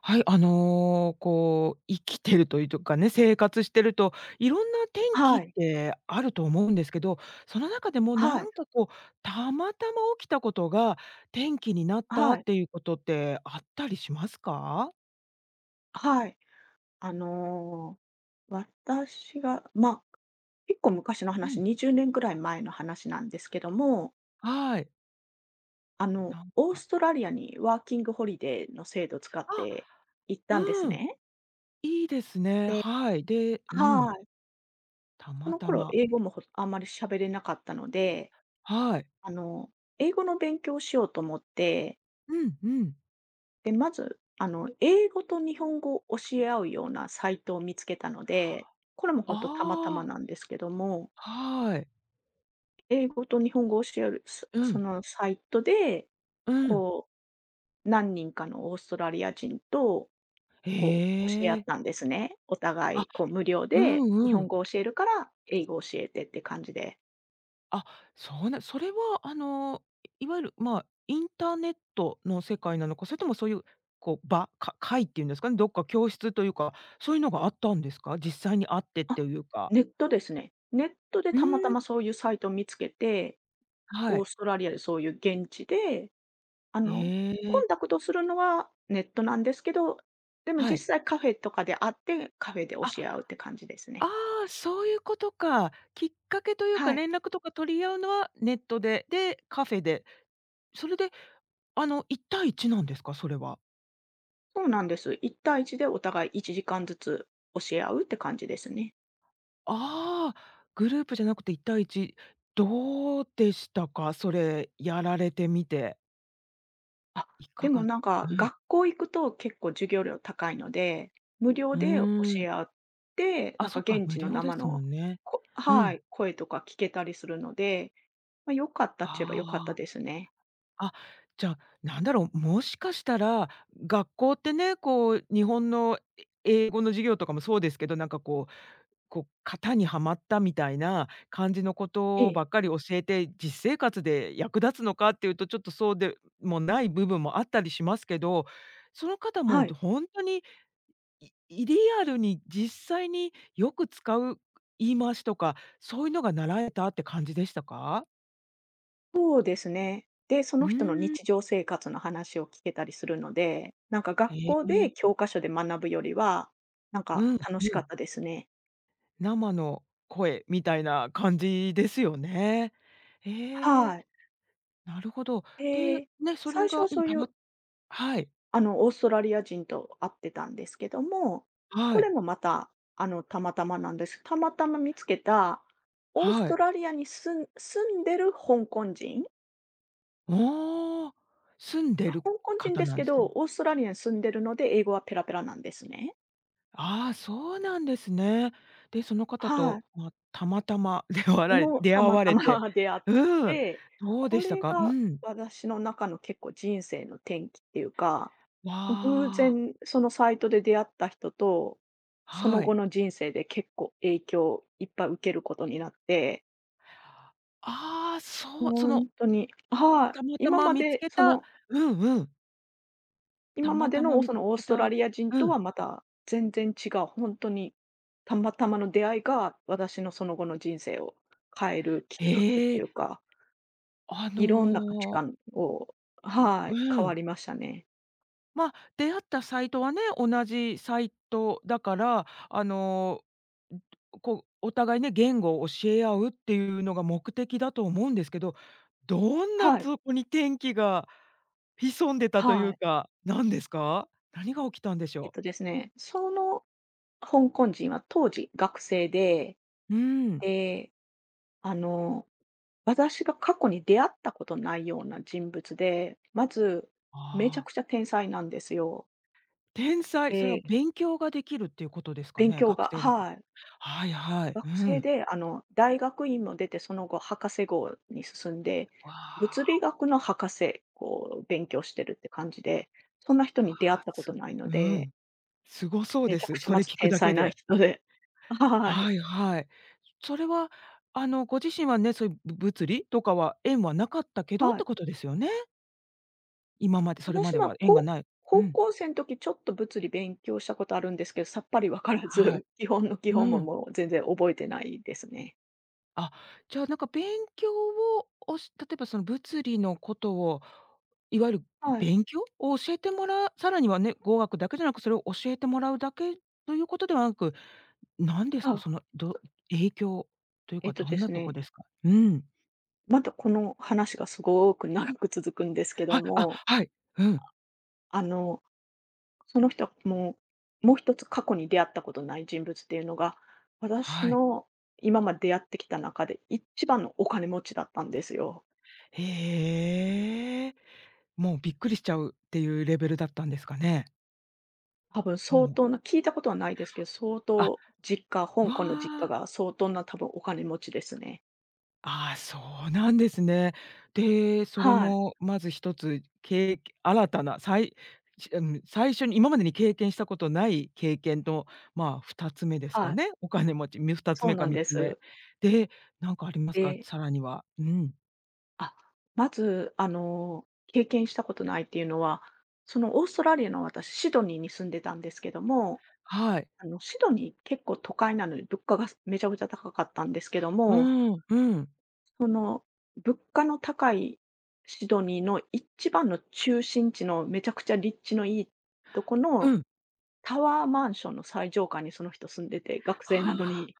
はい、こう、生きてるというとかね、生活してると、いろんな天気はっい。てあると思うんですけど、その中でもなはい。んかこう、たまたま起きたことが天気になったはっい。ていうことってあったりしますか？はい。あの、私が、結構昔のう話、ん、20年くらい前の話なんですけども、はい。なんオーかストラリアにワーキングホリデーの制度を使っあ、て行ったんですうん、ね。いいですね。で、はい。で、うん、はい。たそまのた頃ま。英語もあんまり喋れなかったので、はい。あの、英語の勉強をしようと思ってうんうん。で、まず、英語と日本語を教え合うようなサイトを見つけたので、これも本当たまたまああ、なんですけども、はい。英語と日本語を教える、うそん、のサイトで、うん。こう、何人かのオーストラリア人と、こう、教え合へっえ。たんですね。お互あ、い、こう、無料うで日んう本ん。語を教えるから、英語を教えてって感じで。あ、そうなそれはいわゆる、まあ、インターネットの世界なのか、それともそういう、こう、会っていうんですかね、どっか教室というか、そういうのがあったんですか？実際にあってっあ、ていうか。ネットですね。ネットでうーたまたん、まそういうサイトを見つけて、はオーい。ストラリアでそういう現地であへの、コえ、ンタクトするのはネットなんですけど、でもはい。実際カフェとかで会って、カフェで教あ、え合うって感じですあね。あ、そういうことか。きっかけというか、はい。連絡とか取り合うのはネットで、で、カフェで、それで、1対一なんですか？それは。そうなんです。一対一でお互い1時間ずつ教え合うって感じですね。ああ、グループじゃなくて1対1、どうでしたか？それやられてみて。あ、いでかもが、なんうかん、学校行くと結構授業料高いので、無料うで教ーん。え合って、なあ、んかそっか、現無地の料で生すもの、んね。うはん。い、声とか聞けたりするので、まあ、良かったっちゃえばあ良かったあ、ですね。あ、じゃあ、なんだろう、もしかしたら、学校ってね、こう日本の英語の授業とかもそうですけど、なんかこう、型にはまったみたいな感じのこえとえ、ばっかり教えて、実生活で役立つのかっていうと、ちょっとそうでもない部分もあったりしますけど、その方もはい。ほんとに、いいリアルに実際によく使う言い回しとか、そういうのが習えたって感じでしたか？そうですね。で、そうの人のーん。日常生活の話を聞けたりするので、なんか学へ校え、で教科書で学ぶよりは、なんかうん楽しうかっん。たですね。生の声みたいな感じですよね。へはえ、い。なるほど。で、で、ね、そ最れ初がはうそん、ういう、はい。オーストラリア人と会ってたんですけども、こはれい、もまた、たまたまなんです。たまたま見つけた、オースはトい。ラリアに住んでるおお、住んでる香港人方ですなんけですど、ね。オーストラリアに住んでるので、英語はペラペラなんですね。ああ、そうなんですね。で、その方はい。と、ま、たまたま も出た会まわたま れて、出会っうん、て、どうこでしたれか？うがん。私の中の結構人生の転機っていうか、わ偶あ、然そのサイトで出会った人と、そのは後い。の人生で結構影響をいっぱい受けることになって、ああ、そう、その、本当に、はたまい、たま見つけた、うんうん、た今ままでたまの見そつのオーけストラた、リア人とうん、はまた全然違う、本当にたまたまの出会いが、私のその後の人生を変えるきっかけっへていえ、うか、あいろんな価値の観を、はい、う変わん。りましたね。まあ、出会ったサイトはね、同じサイトだから、ん、こう、お互いね、言語を教え合うっていうのが目的だと思うんですけど、どんなはい、そこに天気が潜んでたといはうい。か、何ですか？何が起きたんでしえっょう？とですね、その香港人は当時学生で、うん。で、あの、私が過去に出会ったことないような人物で、まず、あめちゃあ、くちゃ天才なんですよ。天才、それはで、勉強ができるっていうことですか勉ね？強学が、生の、はい。はいはい、う学生ん。で、大学院も出て、その後博士号に進んで、わ物理あ、学の博士を勉強してるって感じで、そんな人わに出会っあ、たことないのうで、ん、すごそうめでちゃくす。ちゃそまれず聞く天だ才けなで。人で。はい。はいはい。それは、ご自身はね、そういう物理とかは縁はなかったけどっはてい。ことですよね？今まで、それま私ではは縁がこうない。う高ん。校生の時ちょっと物理勉強したことあるんですけど、さっぱり分からはい。ず、基本の基本うもん。もう全然覚えてないですね。あ、じゃあ、なんか勉強をおし例えばその物理のことを、いわゆるはい。勉強を教えてもらさらにはね、語学だけじゃなく、それを教えてもらうだけということではなく、何ですか、あ、その、そ影響というえっか、とどんでなすとこね、ですか？うん。またこの話がすごく長く続くんですけはどい、あ、も、はい。うん。あの、その人も、もう一つ過去に出会ったことない人物っていうのが、私はい。の今まで出会ってきた中で一番のお金持ちだったんですよ。へえ。もうびっくりしちゃうっていうレベルだったんですかね？多分も相う、当な聞いたことはないですけど、相あ、当、う香わ港の実家あ、が相当な多分お金持ちですね。ああ、うなんですね。で、それはい、もまず一つ、新たな、さいしうん、最初に今までに経験したことない経験と、まあ、2つ目ですはかい、ね、お金持ち、2つそう目かなん3でつ目。す。で、なんかありますか？で、さらには。うん。あ、まず、経験したことないっていうのは、そのオーストラリアの私、シドニーに住んでたんですけども、はい。シドニー、結構都会なので、物価がめちゃくちゃ高かったんですけどうも、ん、うん、その、物価の高いシドニーの一番の中心地のめちゃくちゃ立地のいいとこのうん。タワーマンションの最上階にその人住んでて、学生なのはあ。に。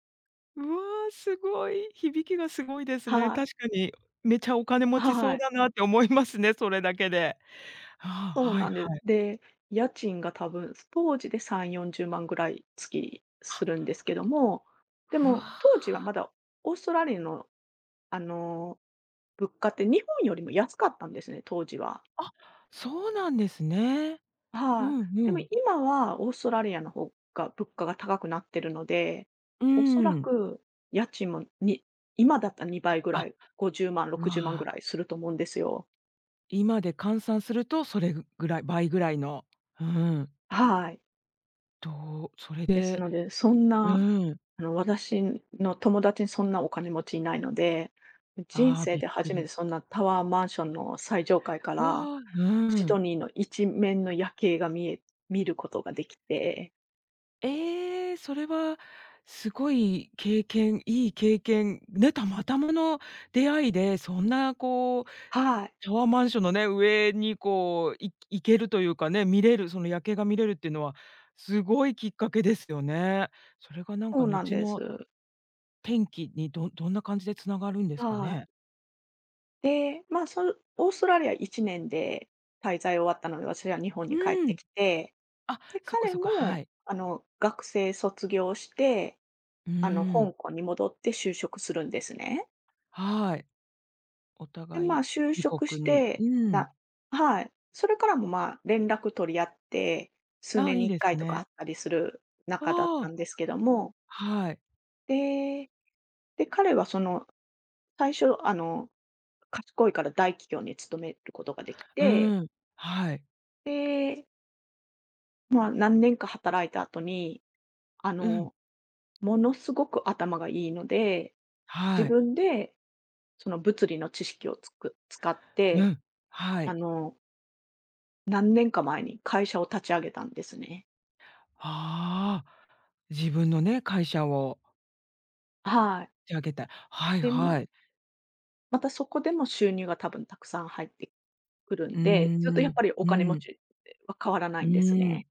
うわ、すごい。響きがすごいで すね。はい。確かに、めちゃお金持ちそはうい。だなって思いますね、それだけで。ああ、そうはいなんではす。い。で、家賃が多分当時で3、40万ぐらい月するんですけども、でうもわ、当時はまだオーストラリアの、あの物価って日本よりも安かったんですね、当時は。あ、そうなんですね。うはい。んうでもん。今はオーストラリアの方が物価が高くなってるので、うーおそらん。く家賃もに今だったら2倍ぐらあ、い、50万、う60万ぐわ、らいすると思うんですよ。今で換算するとそれぐらい倍ぐらいの、うん、はい。と、それですでので、そんな、うん、私の友達にそんなお金持ちいないので、人ああ、生びっでく初めてり。そんなタワーマンションの最上階かうらわ、シうドん。ニーの一面の夜景が見ることができて、ええ、それはすごい経験、いい経験、ね、たまたまの出会いで、そんなこう、はい。タワーマンションのね、上にこう、行けるというかね、見れる、その夜景が見れるっていうのは、すごいきっかけですよね。それがなんそかうなん後でのす。転機にどんな感じで繋がるんですかはい。ね？で、まあ、そのオーストラリア1年で滞在終わったので、私は日本に帰っうてん。きて、あ、で、そっか彼そっか、はも、い。学生卒業して、うー香ん。港に戻って就職するんですね。はい。おで、ま互あ、い就自職し国に。て、うん。なはい。それからも、まあ、連絡取り合って、数ああ、年いにい1で回すとかあね。ったりする仲だったああ、んですけども、はい。でで、彼はその、最初、賢いから大企業に勤めることができて、うん、はい。で、まあ、何年か働いた後に、あうん、の、ものすごく頭がいいので、自はい。分でその物理の知識をつく使っうて、ん、はあい。の、何年か前に会社を立ち上げたんですね。ああ、自分のね、会社をは立い。ち上げたい。はいで、まはい。またそこでも収入が多分たくさん入ってくるうーんで、ずっとやっん、ぱりおう金持ん、ちは変わらなういんですーん。ね。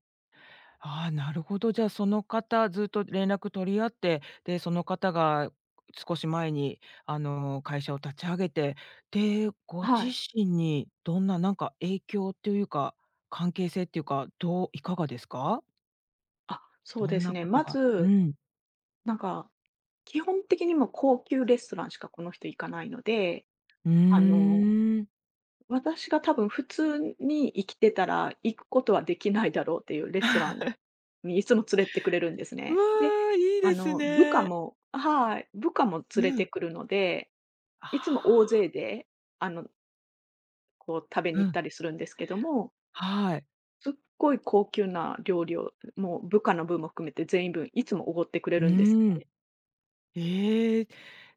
ああ、なるほど。じゃあ、その方ずっと連絡取り合って、で、その方が少し前に、あの、会社を立ち上げて、で、ごは自い。身にどんな、なんか、影響というか、関係性っていうか、どういかがですか？あ、そうどでんすなね。ことまがうず、ん、なんか、基本的にもう高級レストランしかこの人行かないので、うあの、ーん。私が多分普通に生きてたら行くことはできないだろうっていうレストランにいつも連れてってくれるんですうね。で、わ、いいです部下ね。も、はい、部下も連れうてん。くるので、いつも大あ勢で、あの、こう食べあ、にう行っん。たりするんですけども、はい。すっごい高級な料理を、もう部下の分も含めて全員分いつもおごってくれうるんですーん。ね。ええ、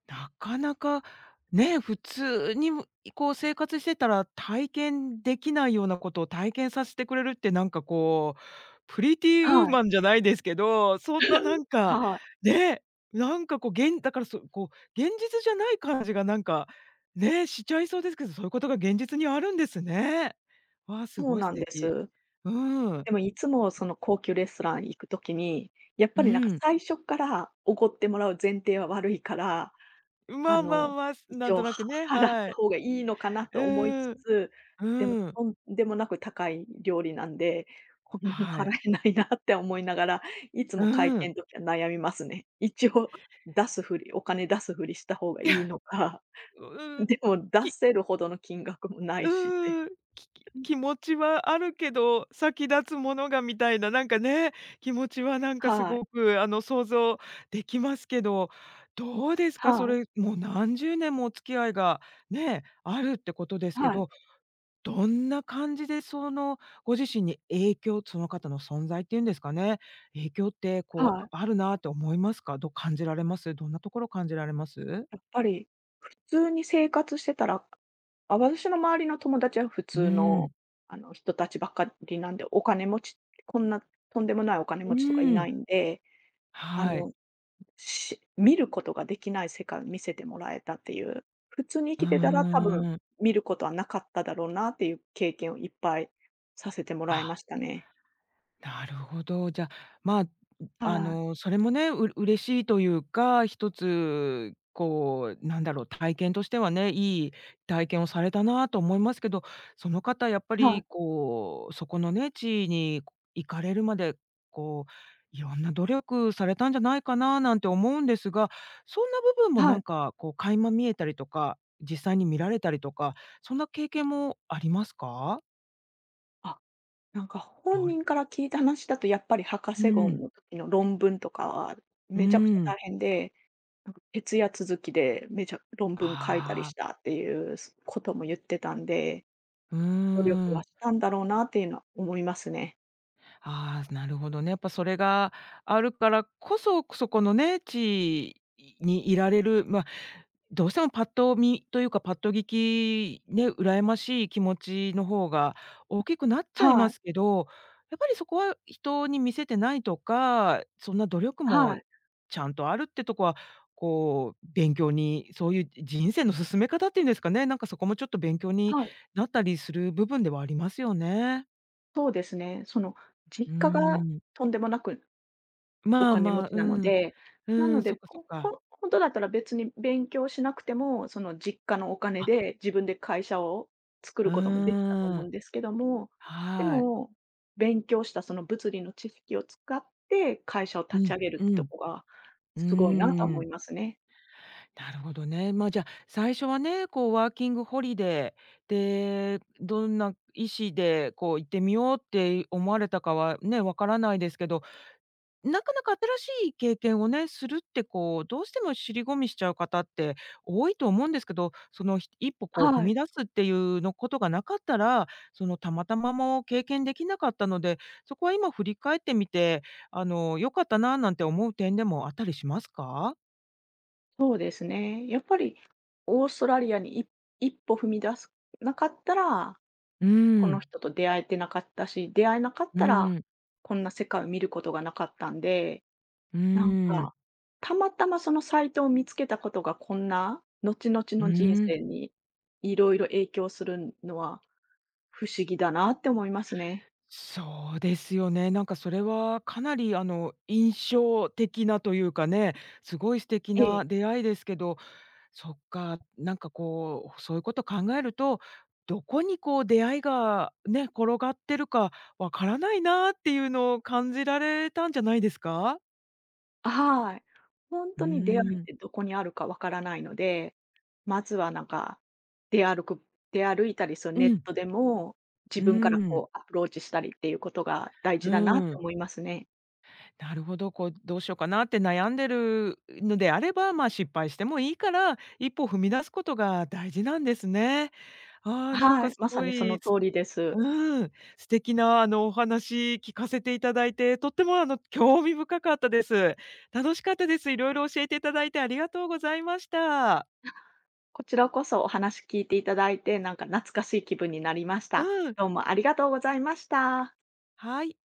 なかなかね、普通にむこう生活してたら体験できないようなことを体験させてくれるってなんかこう、プリティウーはい。マンじゃないですけど、そんなな んか、はい、ね、なんかこうげんだからそこう、現実じゃない感じがなんか、ね、しちゃいそうですけど、そういうことが現実にあるんですね。わ、すそうごいな素んで敵。す。うん、でもいつもその高級レストラン行くときに、やっうぱりなんかん。最初から奢ってもらう前提は悪いから、あまあまあの、まあ、一なん応とはなくね、払っはたい。方がいいのかなと思いつうん、つ、でもうん。とんでもなく高い料理なんで、こんなのは払い。えないなって思いながら、いつも会う計ん。ん時は悩みますね。一応出すふりお金出すふりした方が いいいや、のか、うん。でも出きせるほどの金額もないしうん。ね。気持ちはあるけど、先立つものがみたいな、なんかね、気持ちはなんかすはい、ごくあの、想像できますけど、どうですか？そはい。れ、もう何十年もお付き合いがね、あるってことですけはい、ど、どんな感じでそのご自身に影響、その方の存在っていうんですかね、影響ってこう、はい。あるなって思いますか？ど感じられます？どんなところ感じられます？やっぱり、普通に生活してたら、あ、私の周りの友達は普う通ーの、ん。人たちばっかりなんで、お金持ちこんなとんでもないお金う持ちとかいーなん、いんで、あはい。の、見ることができない世界を見せてもらえたっていう、普通にう生きてたら多分ーん。見ることはなかっただろうなっていう経験をいっぱいさせてもらいあ、ましたね。なるほど。じゃあ、まあ、はそれもね、嬉しいというか、一つ、こう、なんだろう、体験としてはね、いい体験をされたなと思いますけど、その方やっぱい、はい、り、こう、そこのね、地位に行かれるまで、こう、いろんな努力されたんじゃないかななんて思うんですが、そんな部分もはなんい。か、こう、垣間見えたりとか、実際に見られたりとか、そんな経験もありますか？あ、なんかど本う、人から聞いた話だと、やっぱり博う士号ん、の時の論文とかは、うめちゃくちゃん。大変で、なんか徹夜続きで、めちゃ論文書いたりあしあ。たっていうことも言ってたんで、うー努力はん。したんだろうなっていうのは思いますね。ああ、なるほどね。やっぱそれがあるからこそ、そこのね、地にいられる、まあ、どうしてもパッと見というか、パッと聞き、ね、羨ましい気持ちの方が大きくなっちゃいはまい、すけど、やっぱりそこは人に見せてないとか、そんな努力はもい、ちゃんとあるってとこは、こう、勉強に、そういう人生の進め方っていうんですかね、なんかそこもちょっと勉強にはい、なったりする部分ではありますよね。そうですね。そのう実ー家がん、とんでもなくおまあ金持まあ、ちなのうん、で、うなのん、そっで、かそっほか。ほ本当だったら別に勉強しなくても、その実家のお金あ、で自分で会社を作うることもできたとー思うんん、ですけども、ではい。も、勉強したその物理の知識を使って会社を立うちん、上げるってうとん、こがうすごいなとー思ん、いますね。なるほどね。まあ、じゃあ、最初はね、こうワーキングホリデーで、どんな意思でこう行ってみようって思われたかはね、わからないですけど、なかなか新しい経験をね、するってこう、どうしても尻込みしちゃう方って多いと思うんですけど、その、一歩こう踏はい、み出すっていうのことがなかったら、その、たまたまも経験できなかったので、そこは今振り返ってみて、あの、良かったななんて思う点でもあったりしますか？そうですね。やっぱりオーストラリアに一歩踏み出すなかったらうーこのん、人と出会えてなかったし、出会えなかっうたら、ーん、こんな世界を見ることがなかったんで、うなんん、か、たまたまそのサイトを見つけたことがこんな、後々うの人ん。生にいろいろ影響するのは不思議だなって思いますね。そうですよね。なんかそれはかなりあの、印象的なというかね、すごい素敵えなえ。出会いですけど、そっか、なんかこう、そういうこと考えると、どこにこう出会いがね、転がってるかわからないなっていうのを感じられたんじゃないですか？はい。ほんうとに出会いっーん。てどこにあるかわからないので、まずはなんか、出歩く出歩いたり、そのうネッん、トでも、自うー分からん、こうアプローチしたりっていうことが大う事だなっーてん。思いますね。なるほど、こうどうしようかなって悩んでるのであれば、まあ、失敗してもいいから、一歩踏み出すことが大事なんですね。ああ、なんはかい、すまさごにそのい通りです。うん、素敵なあの、お話聞かせていただいて、とってもあの、興味深かったです。楽しかったです。いろいろ教えていただいてありがとうございました。こちらこそお話聞いていただいて、なんか懐かしい気分になりました。うん、どうもありがとうございました。はい。